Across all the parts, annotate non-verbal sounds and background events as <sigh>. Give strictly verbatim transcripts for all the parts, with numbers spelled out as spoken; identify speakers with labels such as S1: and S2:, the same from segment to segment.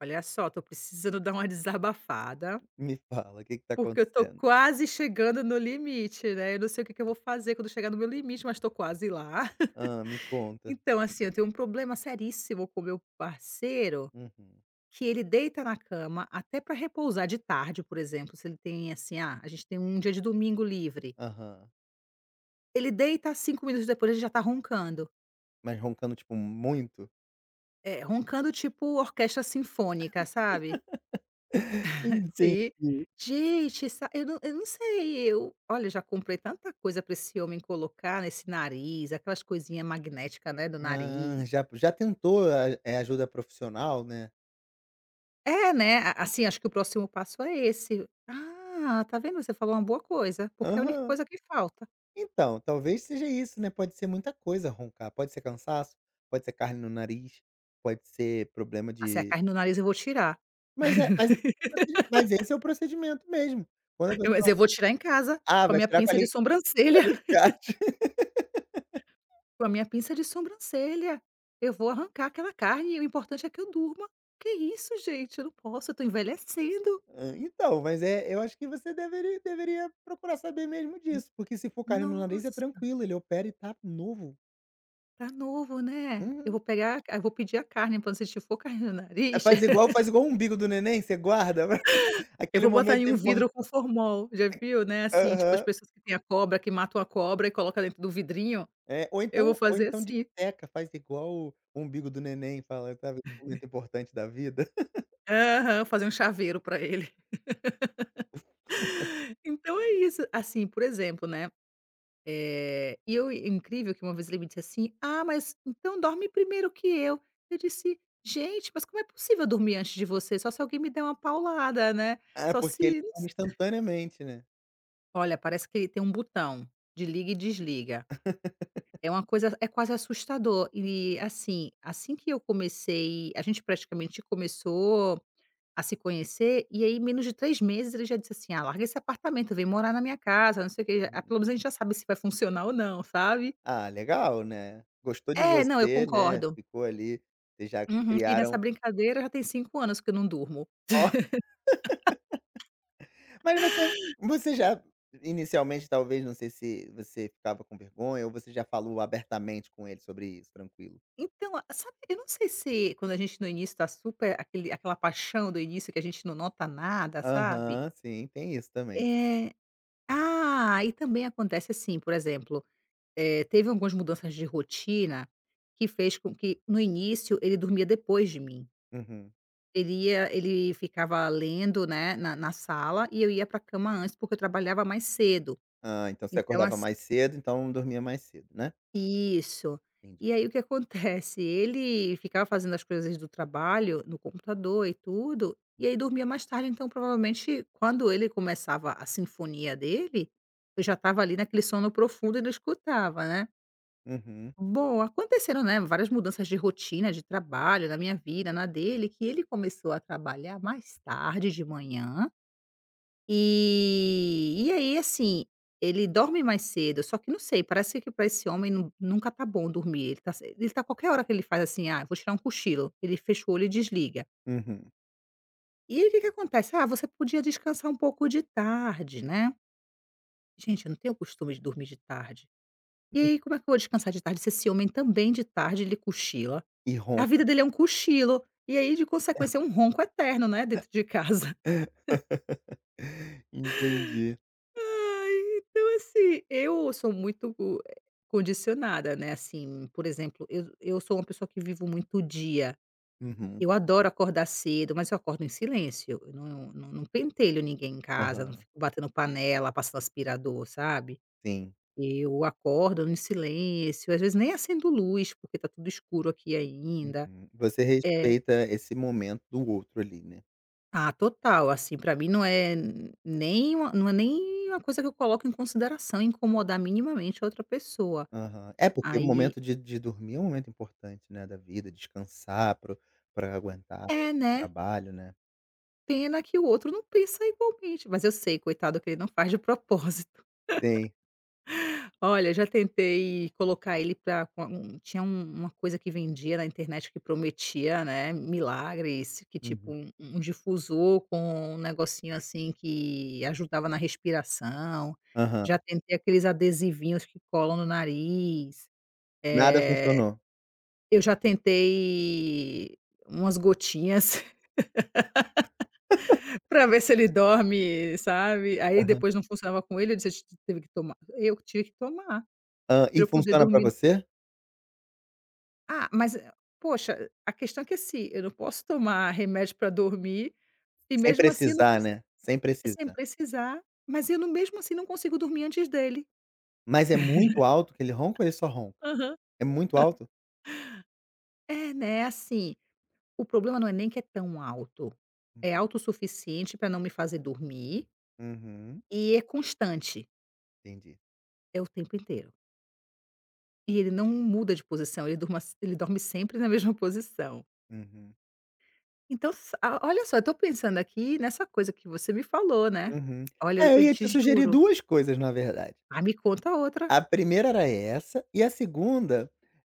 S1: Olha só, tô precisando dar uma desabafada,
S2: Me fala, o que que tá
S1: porque eu tô
S2: acontecendo?
S1: quase chegando no limite, né. Eu não sei o que que eu vou fazer quando chegar no meu limite, mas tô quase lá. <laughs>
S2: Ah, me conta.
S1: Então, assim, eu tenho um problema seríssimo com o meu parceiro,
S2: Uhum.
S1: que ele deita na cama até pra repousar de tarde, por exemplo, se ele tem, assim, ah, a gente tem um dia de domingo livre.
S2: Aham.
S1: Ele deita, cinco minutos depois ele já tá roncando.
S2: Mas roncando, tipo, muito?
S1: É, roncando tipo orquestra sinfônica, sabe?
S2: Entendi.
S1: Sim. Gente, essa eu não eu não sei, eu olha, já comprei tanta coisa para esse homem colocar nesse nariz, aquelas coisinhas magnética, né, do
S2: Ah,
S1: nariz.
S2: já já tentou a eh, ajuda profissional, né.
S1: É, né, a assim, acho que o próximo passo é esse. Ah, tá vendo, você falou uma boa coisa, porque é a única
S2: Aham.
S1: coisa que falta.
S2: Então, talvez seja isso, né, pode ser muita coisa roncar, pode ser cansaço, pode ser carne no nariz, pode ser problema
S1: Ah, se é a
S2: de
S1: carne no nariz eu vou tirar.
S2: mas é mas é o
S1: <laughs>
S2: procedi- Mas esse é o procedimento mesmo. Quando a
S1: Eu mas
S2: pessoa
S1: eu vou tirar em casa,
S2: ah,
S1: com a
S2: Vai
S1: minha
S2: tirar com
S1: pinça de
S2: ali com <laughs>
S1: sobrancelha,
S2: alicate.
S1: <laughs> com a minha pinça de sobrancelha. Eu vou arrancar aquela carne e o importante é que eu durma. Que isso gente, eu não posso, eu tô envelhecendo.
S2: Hã, então, mas é Eu acho que você deveria deveria procurar saber mesmo disso, porque se for carne no nariz é
S1: Nossa,
S2: tranquilo, ele opera e tá novo.
S1: tá novo, né. Eu
S2: Uhum.
S1: vou pegar a ca eu vou pedir a carne para você se for carne no
S2: É,
S1: nariz,
S2: faz igual
S1: <laughs>
S2: faz igual o umbigo do neném, você guarda, <laughs>
S1: eu
S2: aquele
S1: vou botar em
S2: momento
S1: um
S2: importante
S1: vidro com formol, já viu, né, assim, tipo as pessoas que têm a cobra, que matam a cobra e colocam dentro do vidrinho,
S2: ou
S1: eu vou
S2: então ou
S1: fazer
S2: então
S1: assim.
S2: disseca, faz igual o umbigo do neném, fala, sabe, "Esse momento importante da vida." <laughs>
S1: Aham, fazer um chaveiro para ele. <laughs> Então é isso, assim, por exemplo, né, eh, e eu é incrível que uma vez ele me disse assim: "Ah, mas então dorme primeiro que eu". Eu disse: "Gente, mas como é possível eu dormir antes de você? Só se alguém me der uma paulada, né,
S2: É,
S1: só
S2: porque ele
S1: se".
S2: come instantaneamente, né.
S1: Olha, parece que ele tem um botão de liga e desliga. É uma coisa É quase assustador e, assim, assim que eu comecei a gente praticamente começou a se conhecer, e aí em menos de três meses ele já disse assim: "Ah, larga esse apartamento, vem morar na minha casa, não sei o quê". Ah,
S2: Uhum.
S1: pelo menos a gente já sabe se vai funcionar ou não, sabe.
S2: Ah, legal, né. Gostou de
S1: É, não, eu
S2: você, né,
S1: concordo.
S2: ficou ali, vocês já
S1: Uhum. E nessa
S2: criaram.
S1: brincadeira já tem cinco anos que eu não durmo.
S2: Mas você você já inicialmente, talvez, não sei se você ficava com vergonha ou você já falou abertamente com ele sobre isso, tranquilo?
S1: Então, a- sabe, eu não sei se quando a gente no início tá super aquele aquela paixão do início que a gente não nota nada, sabe.
S2: Aham, sim, tem isso também, né.
S1: É. Ah, e também acontece assim, por exemplo, eh, teve algumas mudanças de rotina que fez com que, no início, ele dormia depois de mim.
S2: Uhum.
S1: Ele ia ele ficava lendo, né, na na sala, e eu ia para a cama antes, porque eu trabalhava mais cedo.
S2: Ah, então você
S1: Então,
S2: acordava
S1: assim.
S2: mais cedo, então dormia mais cedo, né?
S1: Isso.
S2: Entendi.
S1: E aí o que acontece, ele ficava fazendo as coisas do trabalho no computador e tudo, e aí dormia mais tarde, então provavelmente quando ele começava a sinfonia dele, eu já estava ali naquele sono profundo e não escutava, né.
S2: Uhum.
S1: Bom, aconteceram, né, várias mudanças de rotina, de trabalho, na minha vida, na dele, que ele começou a trabalhar mais tarde de manhã, e e aí, assim, ele dorme mais cedo, só que não sei, parece que para esse homem nu nunca tá bom dormir. Ele tá se ele tá qualquer hora que ele faz assim: "Ah, vou tirar um cochilo", ele fecha o olho e desliga.
S2: Uhum,
S1: E aí, o que que acontece? "Ah, você podia descansar um pouco de tarde, né". Gente, eu não tenho costume de dormir de tarde. E
S2: uhum.
S1: aí, como é que eu vou descansar de tarde se esse homem também de tarde ele cochila?
S2: E
S1: A
S2: ronca.
S1: vida dele é um cochilo, e aí, de consequência, é um ronco eterno, né, dentro de casa.
S2: <laughs> Entendi.
S1: Ai, então assim, eu sou muito eh, condicionada, né, assim, por exemplo, eu eu sou uma pessoa que vivo muito o dia.
S2: Uhum,
S1: Eu adoro acordar cedo, mas eu acordo em silêncio, eu não não não pentelho ninguém em casa, não
S2: aham,
S1: fico batendo panela, passando aspirador, sabe.
S2: sim.
S1: Eu acordo em silêncio, às vezes nem acendo luz, porque tá tudo escuro aqui ainda.
S2: Uhum. Você
S1: É.
S2: respeita esse momento do outro ali, né.
S1: Ah, total, assim, pra mim não é n- nem uma não é nem uma coisa que eu coloco em consideração incomodar minimamente a outra pessoa.
S2: Aham. É, porque o
S1: Aí
S2: momento de de dormir é um momento importante, né, da vida, descansar pro pra aguentar o
S1: é, né,
S2: trabalho, né.
S1: pena que o outro não pensa igualmente, mas eu sei, coitado, que ele não faz de propósito.
S2: Sim.
S1: <laughs> Olha, já tentei colocar ele pra com um tinha um uma coisa que vendia na internet que prometia, né, milagres, que tipo
S2: Uhum.
S1: um um difusor com um negocinho, assim, que ajudava na respiração,
S2: Aham.
S1: já tentei aqueles adesivinhos que colam no nariz,
S2: Nada
S1: eh,
S2: funcionou.
S1: eu já tentei umas gotinhas. Pra ver se ele dorme, sabe. Aí
S2: Aham.
S1: depois não funcionava com ele, eu disse: "A gente teve que tomar", eu tive que tomar,
S2: Hã,
S1: pra
S2: e
S1: eu poder
S2: funciona pra
S1: dormir no
S2: você?
S1: ah, mas, poxa, a questão é que assim, eu não posso tomar remédio pra dormir e
S2: Sem
S1: mesmo assim eu não
S2: precisar,
S1: consi
S2: né, sem
S1: sem
S2: precisar.
S1: precisar, mas eu não mesmo assim não consigo dormir antes dele.
S2: Mas é muito alto que ele ronca ou ele só ronca?
S1: Aham.
S2: É muito alto?
S1: É, né, assim, o problema não é nem que é tão alto, é alto o suficiente pra não me fazer dormir
S2: Uhum,
S1: e é constante,
S2: entendi.
S1: é o tempo inteiro. E ele não muda de posição, ele durma ele dorme sempre na mesma posição.
S2: Uhum,
S1: Então sa a olha só, eu tô pensando aqui nessa coisa que você me falou, né.
S2: uhum.
S1: Olha, eu
S2: É, eu
S1: eu
S2: ia
S1: te
S2: te sugerir
S1: juro.
S2: duas coisas, na verdade.
S1: Ah, me conta outra.
S2: A primeira era essa, e a segunda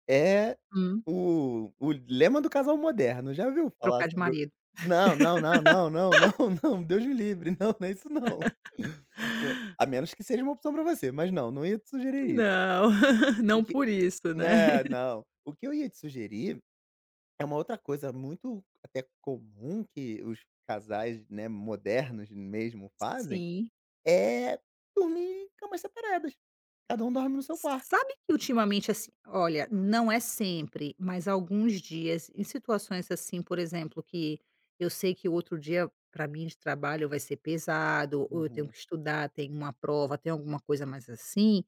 S2: é
S1: Hum,
S2: o o lema do casal moderno. Já ouviu falar
S1: trocar de
S2: sobre o
S1: marido.
S2: não, não, não, não, não, não, <laughs> não, Deus me livre, não, não é isso não. <laughs> A menos que seja uma opção para você, mas não, não ia te sugerir isso.
S1: Não, <laughs>
S2: O
S1: não
S2: que
S1: por isso, né.
S2: né, não. O que eu ia te sugerir é uma outra coisa muito até comum que os casais, né, modernos mesmo fazem,
S1: Sim.
S2: é dormir em camas separadas. Cada um dorme no seu quarto.
S1: Sabe que ultimamente, assim, olha, não é sempre, mas alguns dias, em situações assim, por exemplo, que eu sei que o outro dia para mim de trabalho vai ser pesado, ou eu tenho
S2: Uhum.
S1: que estudar, tem uma prova, tem alguma coisa mais assim,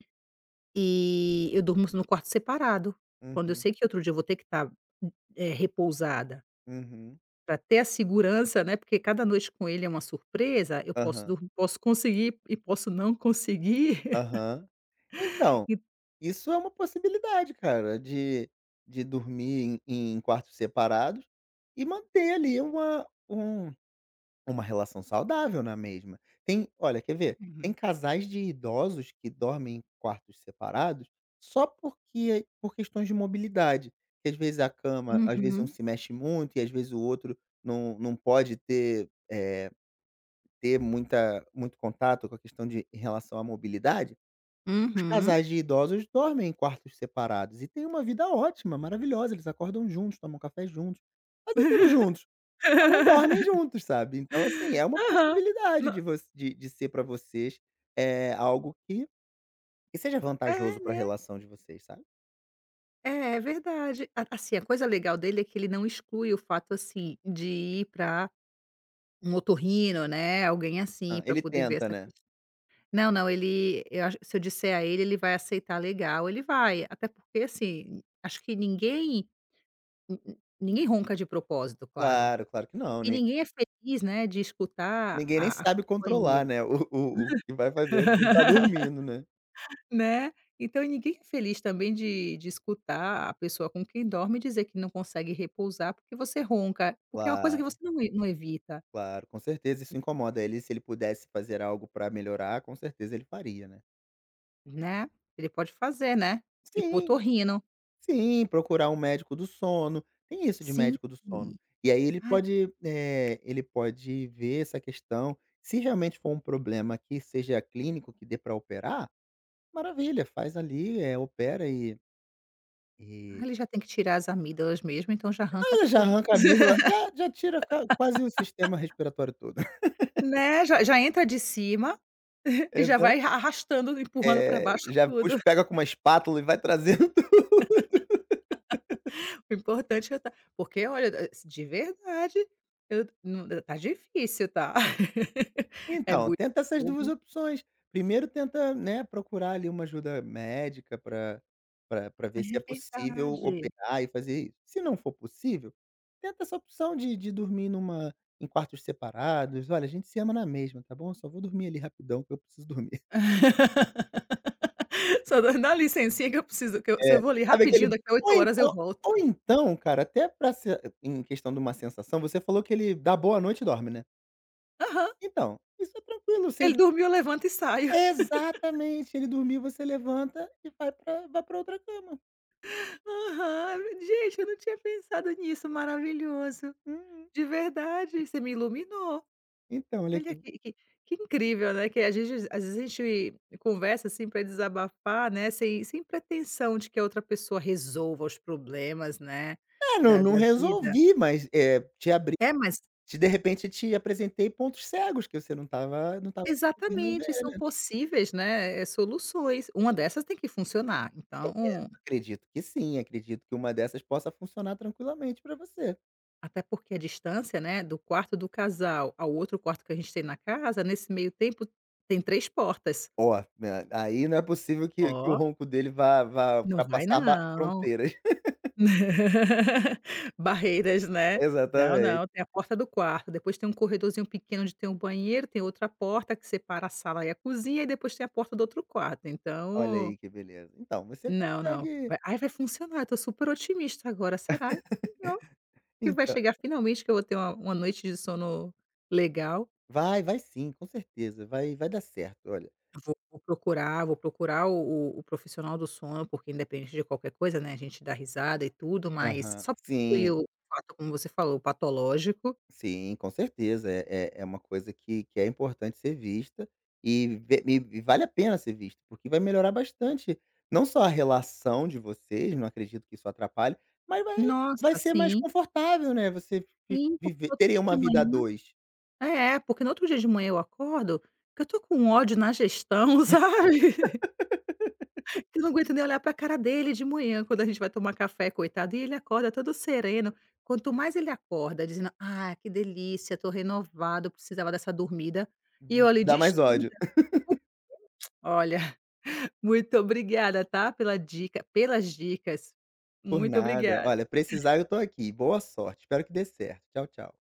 S1: e eu durmo no quarto separado. Quando eu
S2: Uhum,
S1: sei que outro dia eu vou ter que estar repousada
S2: uhum.
S1: para ter a segurança, né? Porque cada noite com ele é uma surpresa. Eu posso
S2: Aham,
S1: dur- posso conseguir e posso não conseguir.
S2: aham. Então,
S1: <laughs> E-
S2: isso é uma possibilidade, cara, de de dormir em em quartos separados e manter ali uma um uma relação saudável na mesma. Tem olha, quer ver? Tem
S1: Uhum.
S2: casais de idosos que dormem em quartos separados só porque por questões de mobilidade, que às vezes a cama às vezes um
S1: Uhum,
S2: se mexe muito e às vezes o outro não não pode ter, eh Ter muita muito contato com a questão de em relação à mobilidade, os
S1: uhum.
S2: casais de idosos dormem em quartos separados e têm uma vida ótima, maravilhosa, eles acordam juntos, tomam café juntos, fazem tudo juntos, só não dormem juntos, sabe. Então, assim, é uma
S1: Aham.
S2: possibilidade
S1: Não
S2: de voc de de ser para vocês, é algo que que seja vantajoso
S1: é,
S2: para a
S1: né.
S2: relação de vocês, sabe.
S1: É, é verdade. A Assim, a coisa legal dele é que ele não exclui o fato, assim, de ir para um otorrino, né, alguém
S2: Hã,
S1: assim, para
S2: ele
S1: poder ver
S2: tenta,
S1: essa
S2: né.
S1: ques Não, não, ele eu acho se eu disser a ele, ele vai aceitar legal, ele vai. Até porque, assim, acho que ninguém ni ni ninguém ronca de propósito, claro.
S2: Claro, claro que não,
S1: E
S2: ni
S1: ninguém é feliz, né, de escutar
S2: ninguém nem
S1: a a
S2: sabe
S1: companhia.
S2: controlar, né, o o o que vai fazer quando tá dormindo, né.
S1: Né. Então, e ninguém é feliz também de de escutar a pessoa com quem dorme dizer que não consegue repousar porque você ronca, porque é uma coisa que
S2: Claro.
S1: você não e não evita,
S2: Claro, com certeza isso incomoda ele, se ele pudesse fazer algo para melhorar, com certeza ele faria, né.
S1: né. Ele pode fazer, né.
S2: Sim,
S1: Hipotorrino.
S2: sim, procurar um médico do sono, tem isso de
S1: Sim.
S2: médico do sono. E aí ele
S1: Ai,
S2: pode, eh, ele pode ver essa questão, se realmente for um problema que seja clínico, que dê para operar, maravilha, faz ali, eh, opera e e
S1: ele já tem que tirar as amígdalas mesmo, então já arranca
S2: mas já
S1: tudo.
S2: arranca a amígdala,
S1: <laughs>
S2: já já tira qua quase o sistema respiratório todo. <laughs>
S1: Né, já já entra de cima e já
S2: Exato.
S1: vai arrastando, empurrando para
S2: Eh,
S1: baixo
S2: já pus
S1: tudo.
S2: Pega com uma espátula e vai trazendo.
S1: O importante é eu tá porque olha, eh, de verdade, eu não tá difícil, tá. <laughs> É
S2: Então,
S1: muito
S2: tenta essas duas
S1: bobo,
S2: opções. Primeiro tenta, né, procurar ali uma ajuda médica para pra ver
S1: mas
S2: se é
S1: é
S2: possível
S1: verdade.
S2: operar e fazer isso. Se não for possível, tenta essa opção de de dormir numa em quartos separados. "Olha, a gente se ama na mesma, tá bom? Eu só vou dormir ali rapidão que eu preciso dormir". <laughs>
S1: <laughs> Só dá dá licencinha que eu preciso, que eu se
S2: É,
S1: eu vou ali
S2: sabe aquele
S1: rapidinho, daqui a
S2: ou
S1: oito horas eu
S2: então
S1: volto.
S2: ou então, cara, até para em questão de uma sensação, você falou que ele dá boa noite e dorme, né.
S1: Aham.
S2: Então, isso é tranquilo. Você
S1: Ele dormiu, eu levanto e saio.
S2: exatamente, ele dormiu, você levanta e vai pra vai pra outra cama.
S1: <laughs> Aham. Gente, eu não tinha pensado nisso, maravilhoso.
S2: Uhum.
S1: De verdade, você me iluminou.
S2: Então, olha
S1: Olha
S2: que
S1: que que que incrível, né, que a gente às vezes a gente conversa, assim, para desabafar, né, sem sem pretensão de que a outra pessoa resolva os problemas, né,
S2: é, não
S1: da
S2: não
S1: da vida.
S2: resolvi, mas, é te abri
S1: É, mas
S2: te de repente te apresentei pontos cegos que você não estava não tava conseguindo
S1: exatamente, são
S2: ver.
S1: possíveis, né, eh, soluções. Uma dessas tem que funcionar, então
S2: Acredito que sim, acredito que uma dessas possa funcionar tranquilamente para você.
S1: até porque a distância, né, do quarto do casal ao outro quarto que a gente tem na casa, nesse meio tempo, tem três portas.
S2: Ó, né, aí não é possível que que o
S1: Ó,
S2: ronco dele vá vá
S1: não vai
S2: ultrapassar ba
S1: não.
S2: fronteiras.
S1: <laughs> Barreiras,
S2: <laughs>
S1: né. Não,
S2: Exatamente.
S1: não, tem a porta do quarto, depois tem um corredorzinho pequeno onde tem um banheiro, tem outra porta que separa a sala e a cozinha, e depois tem a porta do outro quarto,
S2: Olha
S1: então
S2: aí que beleza. Então, você
S1: não, não,
S2: consegue
S1: vai ai, vai funcionar, eu tô super otimista agora, será, senhor, que vai
S2: então
S1: chegar finalmente que eu vou ter uma uma noite de sono legal.
S2: vai, vai sim, com certeza, vai vai dar certo, olha.
S1: Vou vou procurar vou procurar o o o profissional do sono, porque independente de qualquer coisa, né, a gente dá risada e tudo, mas
S2: Aham.
S1: só pra incluir
S2: Sim,
S1: o fato, como você falou, patológico.
S2: sim, com certeza. É é é uma coisa que que é importante ser vista e ve e e vale a pena ser vista, porque vai melhorar bastante, não só a relação de vocês, não acredito que isso atrapalhe, mas vai vai
S1: Nossa,
S2: ser mais
S1: sim,
S2: confortável, né, você vi
S1: sim, porque
S2: viver
S1: no outro
S2: teria
S1: dia
S2: uma
S1: de
S2: vida a
S1: manhã
S2: dois.
S1: é, porque no outro dia de manhã eu acordo, que eu tô com um ódio na gestão, <laughs> sabe, que eu não aguento nem olhar pra cara dele de manhã quando a gente vai tomar café, coitado, e ele acorda todo sereno. Quanto mais ele acorda dizendo: "Ah, que delícia, tô renovado, precisava dessa dormida", e eu ali
S2: Dá mais ódio.
S1: destruída. Olha, <laughs> muito obrigada, tá, pela dica pelas dicas.
S2: <laughs> Por
S1: Muito
S2: nada. Olha,
S1: obrigada.
S2: precisar eu tô aqui. Boa sorte, espero que dê certo. Tchau, tchau.